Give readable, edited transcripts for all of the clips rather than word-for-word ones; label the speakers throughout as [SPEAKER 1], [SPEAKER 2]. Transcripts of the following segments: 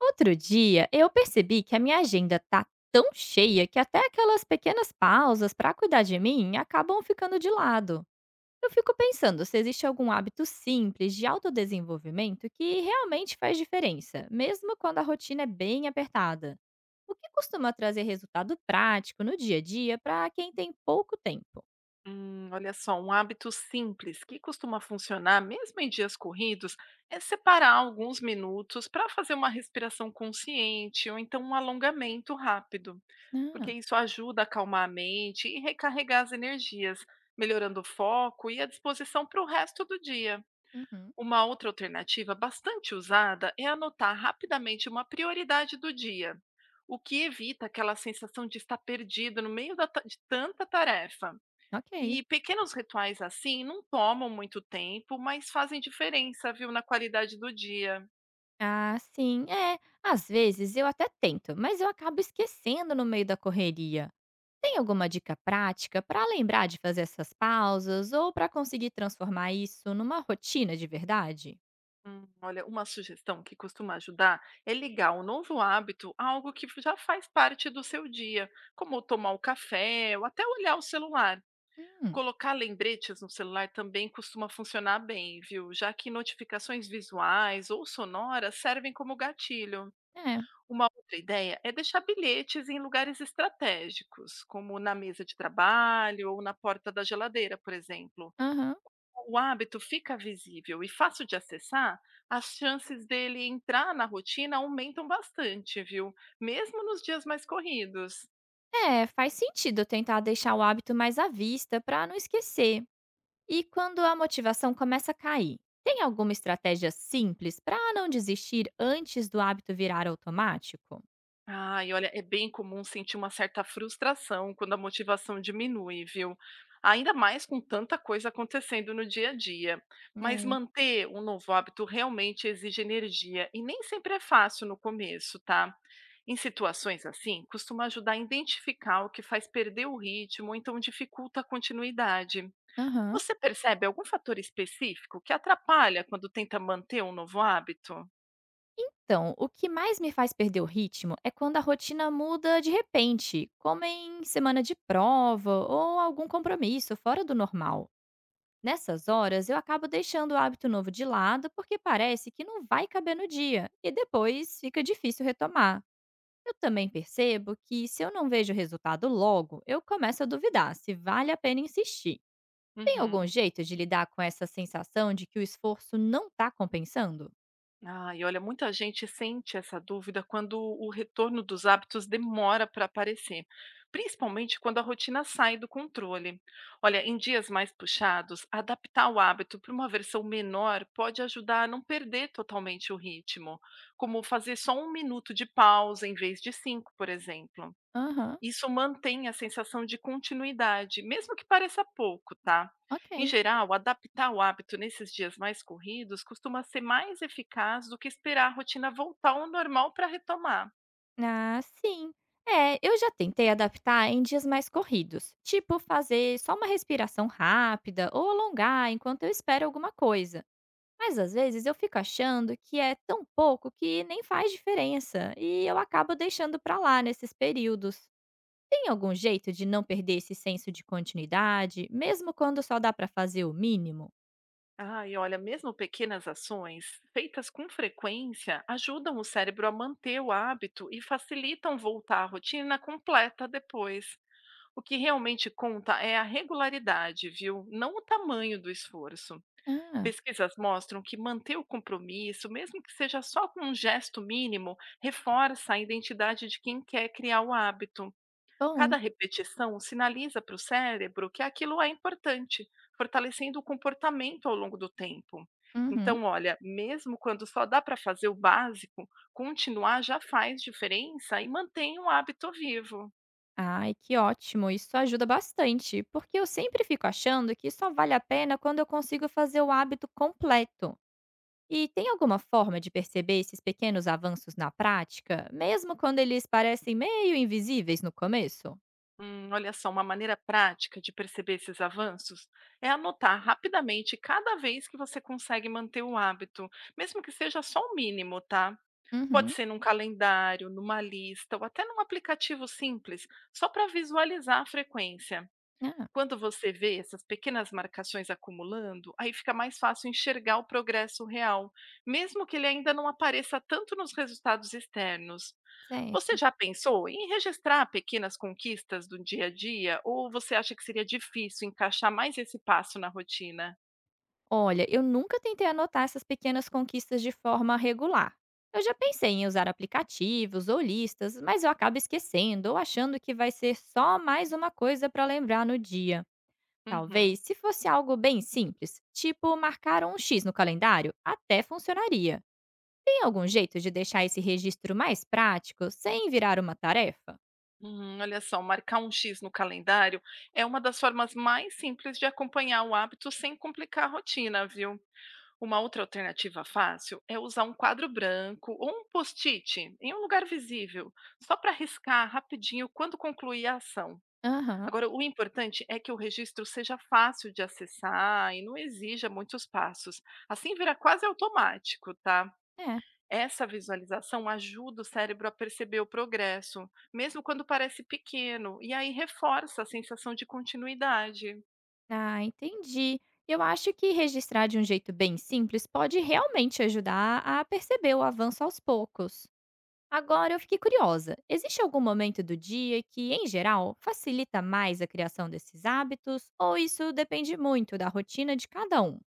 [SPEAKER 1] Outro dia, eu percebi que a minha agenda tá tão cheia que até aquelas pequenas pausas para cuidar de mim acabam ficando de lado. Eu fico pensando se existe algum hábito simples de autodesenvolvimento que realmente faz diferença, mesmo quando a rotina é bem apertada. O que costuma trazer resultado prático no dia a dia para quem tem pouco tempo?
[SPEAKER 2] Olha só, um hábito simples que costuma funcionar mesmo em dias corridos é separar alguns minutos para fazer uma respiração consciente ou então um alongamento rápido, porque
[SPEAKER 1] Ah,
[SPEAKER 2] isso ajuda a acalmar a mente e recarregar as energias, melhorando o foco e a disposição para o resto do dia.
[SPEAKER 1] uhum,
[SPEAKER 2] Uma outra alternativa bastante usada é anotar rapidamente uma prioridade do dia, o que evita aquela sensação de estar perdido no meio da de tanta tarefa.
[SPEAKER 1] ok.
[SPEAKER 2] E pequenos rituais assim não tomam muito tempo, mas fazem diferença, viu, na qualidade do dia.
[SPEAKER 1] Ah, sim, é. Às vezes eu até tento, mas eu acabo esquecendo no meio da correria. Tem alguma dica prática para lembrar de fazer essas pausas ou para conseguir transformar isso numa rotina de verdade?
[SPEAKER 2] Olha, uma sugestão que costuma ajudar é ligar o novo hábito a algo que já faz parte do seu dia, como tomar o café ou até olhar o celular.
[SPEAKER 1] Hum,
[SPEAKER 2] Colocar lembretes no celular também costuma funcionar bem, viu? Já que notificações visuais ou sonoras servem como gatilho.
[SPEAKER 1] é.
[SPEAKER 2] Uma outra ideia é deixar bilhetes em lugares estratégicos, como na mesa de trabalho ou na porta da geladeira, por exemplo.
[SPEAKER 1] Aham.
[SPEAKER 2] O hábito fica visível e fácil de acessar, as chances dele entrar na rotina aumentam bastante, viu? Mesmo nos dias mais corridos.
[SPEAKER 1] É, faz sentido eu tentar deixar o hábito mais à vista para não esquecer. E quando a motivação começa a cair, tem alguma estratégia simples para não desistir antes do hábito virar automático?
[SPEAKER 2] Ai, olha, é bem comum sentir uma certa frustração quando a motivação diminui, viu? Ainda mais com tanta coisa acontecendo no dia a dia. Mas
[SPEAKER 1] É.
[SPEAKER 2] manter um novo hábito realmente exige energia e nem sempre é fácil no começo, tá? Em situações assim, costuma ajudar a identificar o que faz perder o ritmo ou então dificulta a continuidade.
[SPEAKER 1] Aham.
[SPEAKER 2] Você percebe algum fator específico que atrapalha quando tenta manter um novo hábito?
[SPEAKER 1] Então, o que mais me faz perder o ritmo é quando a rotina muda de repente, como em semana de prova ou algum compromisso fora do normal. Nessas horas, eu acabo deixando o hábito novo de lado porque parece que não vai caber no dia e depois fica difícil retomar. Eu também percebo que se eu não vejo o resultado logo, eu começo a duvidar se vale a pena insistir. Tem algum
[SPEAKER 2] Uhum.
[SPEAKER 1] jeito de lidar com essa sensação de que o esforço não está compensando?
[SPEAKER 2] Ah, e olha, muita gente sente essa dúvida quando o retorno dos hábitos demora para aparecer, principalmente quando a rotina sai do controle. Olha, em dias mais puxados, adaptar o hábito para uma versão menor pode ajudar a não perder totalmente o ritmo, como fazer só 1 minuto de pausa em vez de cinco, por exemplo.
[SPEAKER 1] Aham,
[SPEAKER 2] Isso mantém a sensação de continuidade, mesmo que pareça pouco, tá? Em
[SPEAKER 1] ok.
[SPEAKER 2] geral, adaptar o hábito nesses dias mais corridos costuma ser mais eficaz do que esperar a rotina voltar ao normal para retomar.
[SPEAKER 1] Ah, sim. É, eu já tentei adaptar em dias mais corridos, tipo fazer só uma respiração rápida ou alongar enquanto eu espero alguma coisa. Mas às vezes eu fico achando que é tão pouco que nem faz diferença e eu acabo deixando pra lá nesses períodos. Tem algum jeito de não perder esse senso de continuidade, mesmo quando só dá pra fazer o mínimo?
[SPEAKER 2] Ah, e olha, mesmo pequenas ações feitas com frequência ajudam o cérebro a manter o hábito e facilitam voltar à rotina completa depois. O que realmente conta é a regularidade, viu? Não o tamanho do esforço.
[SPEAKER 1] Ah,
[SPEAKER 2] Pesquisas mostram que manter o compromisso, mesmo que seja só com um gesto mínimo, reforça a identidade de quem quer criar o hábito. Cada
[SPEAKER 1] bom.
[SPEAKER 2] repetição sinaliza para o cérebro que aquilo é importante, fortalecendo o comportamento ao longo do tempo.
[SPEAKER 1] Uhum.
[SPEAKER 2] Então, olha, mesmo quando só dá para fazer o básico, continuar já faz diferença e mantém o hábito vivo.
[SPEAKER 1] Ai, que ótimo! Isso ajuda bastante, porque eu sempre fico achando que só vale a pena quando eu consigo fazer o hábito completo. E tem alguma forma de perceber esses pequenos avanços na prática, mesmo quando eles parecem meio invisíveis no começo?
[SPEAKER 2] Olha só, uma maneira prática de perceber esses avanços é anotar rapidamente cada vez que você consegue manter o hábito, mesmo que seja só o mínimo, tá? Pode
[SPEAKER 1] Uhum.
[SPEAKER 2] ser num calendário, numa lista ou até num aplicativo simples, só para visualizar a frequência.
[SPEAKER 1] Ah,
[SPEAKER 2] Quando você vê essas pequenas marcações acumulando, aí fica mais fácil enxergar o progresso real, mesmo que ele ainda não apareça tanto nos resultados externos. Você
[SPEAKER 1] certo.
[SPEAKER 2] já pensou em registrar pequenas conquistas do dia a dia ou você acha que seria difícil encaixar mais esse passo na rotina?
[SPEAKER 1] Olha, eu nunca tentei anotar essas pequenas conquistas de forma regular. Eu já pensei em usar aplicativos ou listas, mas eu acabo esquecendo ou achando que vai ser só mais uma coisa para lembrar no dia.
[SPEAKER 2] Uhum.
[SPEAKER 1] Talvez, se fosse algo bem simples, tipo marcar um X no calendário, até funcionaria. Tem algum jeito de deixar esse registro mais prático, sem virar uma tarefa?
[SPEAKER 2] Olha só, marcar um X no calendário é uma das formas mais simples de acompanhar o hábito sem complicar a rotina, viu? Uma outra alternativa fácil é usar um quadro branco ou um post-it em um lugar visível, só para riscar rapidinho quando concluir a ação.
[SPEAKER 1] Aham,
[SPEAKER 2] Agora, o importante é que o registro seja fácil de acessar e não exija muitos passos. Assim vira quase automático, tá?
[SPEAKER 1] é.
[SPEAKER 2] Essa visualização ajuda o cérebro a perceber o progresso, mesmo quando parece pequeno, e aí reforça a sensação de continuidade.
[SPEAKER 1] Ah, entendi. Eu acho que registrar de um jeito bem simples pode realmente ajudar a perceber o avanço aos poucos. Agora eu fiquei curiosa. Existe algum momento do dia que, em geral, facilita mais a criação desses hábitos ou isso depende muito da rotina de cada um?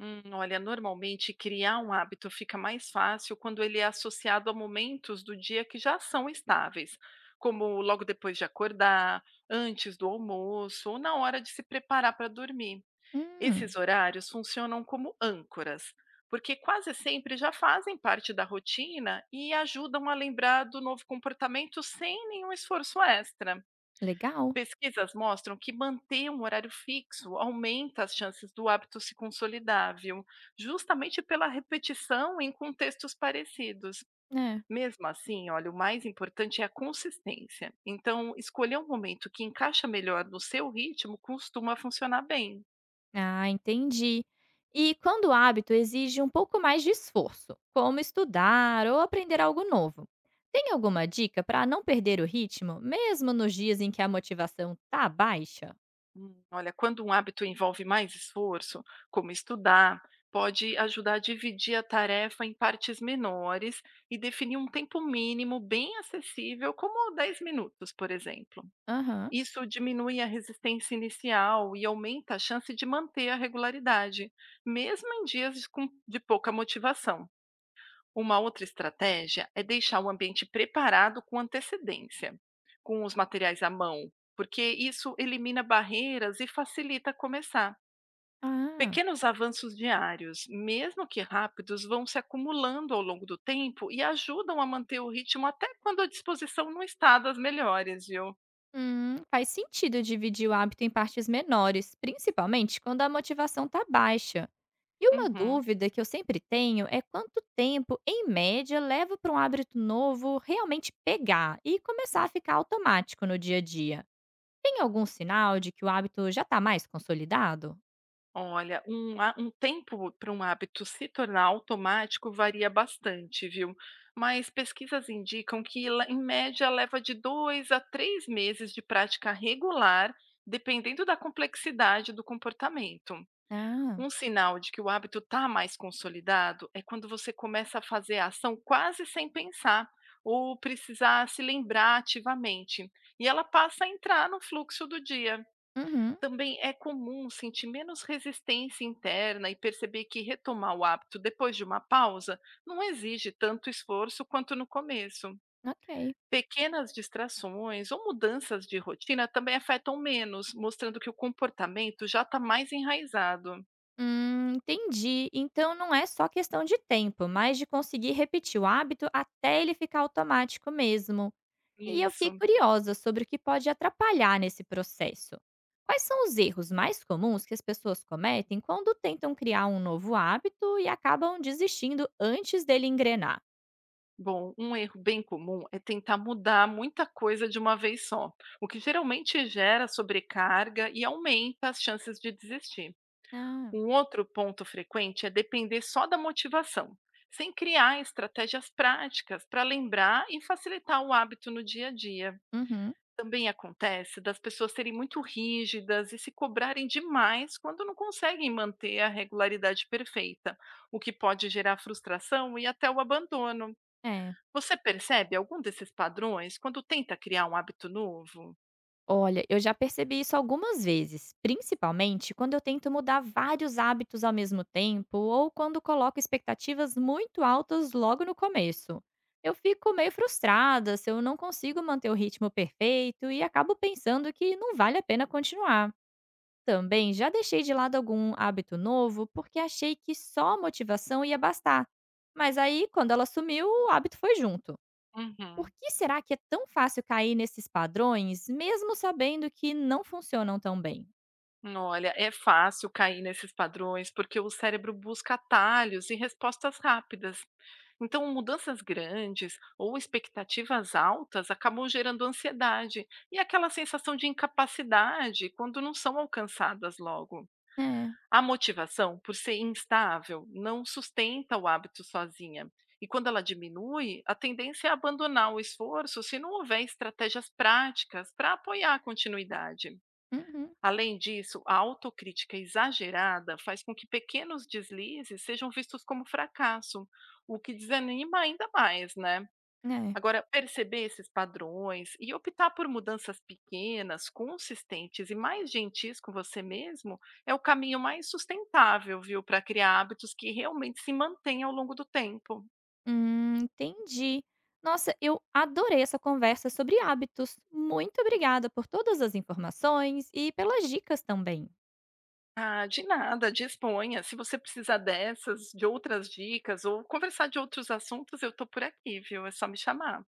[SPEAKER 2] Olha, normalmente criar um hábito fica mais fácil quando ele é associado a momentos do dia que já são estáveis, como logo depois de acordar, antes do almoço ou na hora de se preparar para dormir.
[SPEAKER 1] Hum,
[SPEAKER 2] Esses horários funcionam como âncoras, porque quase sempre já fazem parte da rotina e ajudam a lembrar do novo comportamento sem nenhum esforço extra.
[SPEAKER 1] legal.
[SPEAKER 2] Pesquisas mostram que manter um horário fixo aumenta as chances do hábito se consolidar, viu? Justamente pela repetição em contextos parecidos.
[SPEAKER 1] É.
[SPEAKER 2] Mesmo assim, olha, o mais importante é a consistência. Então, escolher um momento que encaixa melhor no seu ritmo costuma funcionar bem.
[SPEAKER 1] Ah, entendi. E quando o hábito exige um pouco mais de esforço, como estudar ou aprender algo novo, tem alguma dica para não perder o ritmo, mesmo nos dias em que a motivação tá baixa?
[SPEAKER 2] Olha, quando um hábito envolve mais esforço, como estudar, pode ajudar a dividir a tarefa em partes menores e definir um tempo mínimo bem acessível, como 10 minutos, por exemplo.
[SPEAKER 1] Aham.
[SPEAKER 2] Isso diminui a resistência inicial e aumenta a chance de manter a regularidade, mesmo em dias de de pouca motivação. Uma outra estratégia é deixar o ambiente preparado com antecedência, com os materiais à mão, porque isso elimina barreiras e facilita começar.
[SPEAKER 1] Ah.
[SPEAKER 2] Pequenos avanços diários, mesmo que rápidos, vão se acumulando ao longo do tempo e ajudam a manter o ritmo até quando a disposição não está das melhores, viu?
[SPEAKER 1] Faz sentido dividir o hábito em partes menores, principalmente quando a motivação está baixa. E uma
[SPEAKER 2] Uhum.
[SPEAKER 1] dúvida que eu sempre tenho é quanto tempo, em média, leva para um hábito novo realmente pegar e começar a ficar automático no dia a dia. Tem algum sinal de que o hábito já está mais consolidado?
[SPEAKER 2] Olha, um há um tempo para um hábito se tornar automático varia bastante, viu? Mas pesquisas indicam que, em média, leva de 2 a 3 meses de prática regular, dependendo da complexidade do comportamento.
[SPEAKER 1] Ah,
[SPEAKER 2] Um sinal de que o hábito está mais consolidado é quando você começa a fazer a ação quase sem pensar ou precisar se lembrar ativamente, e ela passa a entrar no fluxo do dia.
[SPEAKER 1] uhum,
[SPEAKER 2] Também é comum sentir menos resistência interna e perceber que retomar o hábito depois de uma pausa não exige tanto esforço quanto no começo.
[SPEAKER 1] ok.
[SPEAKER 2] Pequenas distrações ou mudanças de rotina também afetam menos, mostrando que o comportamento já está mais enraizado.
[SPEAKER 1] Entendi. Então não é só questão de tempo, mas de conseguir repetir o hábito até ele ficar automático mesmo. E eu fiquei
[SPEAKER 2] Isso.
[SPEAKER 1] curiosa sobre o que pode atrapalhar nesse processo. Quais são os erros mais comuns que as pessoas cometem quando tentam criar um novo hábito e acabam desistindo antes dele engrenar?
[SPEAKER 2] Bom, um erro bem comum é tentar mudar muita coisa de uma vez só, o que geralmente gera sobrecarga e aumenta as chances de desistir.
[SPEAKER 1] Ah,
[SPEAKER 2] Um outro ponto frequente é depender só da motivação, sem criar estratégias práticas para lembrar e facilitar o hábito no dia a dia.
[SPEAKER 1] uhum,
[SPEAKER 2] Também acontece das pessoas serem muito rígidas e se cobrarem demais quando não conseguem manter a regularidade perfeita, o que pode gerar frustração e até o abandono.
[SPEAKER 1] é.
[SPEAKER 2] Você percebe algum desses padrões quando tenta criar um hábito novo?
[SPEAKER 1] Olha, eu já percebi isso algumas vezes, principalmente quando eu tento mudar vários hábitos ao mesmo tempo ou quando coloco expectativas muito altas logo no começo. Eu fico meio frustrada se eu não consigo manter o ritmo perfeito e acabo pensando que não vale a pena continuar. Também já deixei de lado algum hábito novo porque achei que só a motivação ia bastar. Mas aí, quando ela sumiu, o hábito foi junto. Por
[SPEAKER 2] Uhum.
[SPEAKER 1] que será que é tão fácil cair nesses padrões, mesmo sabendo que não funcionam tão bem?
[SPEAKER 2] Olha, é fácil cair nesses padrões porque o cérebro busca atalhos e respostas rápidas. Então, mudanças grandes ou expectativas altas acabam gerando ansiedade e aquela sensação de incapacidade quando não são alcançadas logo.
[SPEAKER 1] É.
[SPEAKER 2] A motivação, por ser instável, não sustenta o hábito sozinha. E quando ela diminui, a tendência é abandonar o esforço se não houver estratégias práticas para apoiar a continuidade.
[SPEAKER 1] Uhum.
[SPEAKER 2] Além disso, a autocrítica exagerada faz com que pequenos deslizes sejam vistos como fracasso, o que desanima ainda mais, né?
[SPEAKER 1] É.
[SPEAKER 2] Agora, perceber esses padrões e optar por mudanças pequenas, consistentes e mais gentis com você mesmo é o caminho mais sustentável, viu, para criar hábitos que realmente se mantêm ao longo do tempo.
[SPEAKER 1] Entendi. Nossa, eu adorei essa conversa sobre hábitos. Muito obrigada por todas as informações e pelas dicas também.
[SPEAKER 2] Ah, de nada, disponha. Se você precisar de outras dicas ou conversar de outros assuntos, eu tô por aqui, viu? É só me chamar.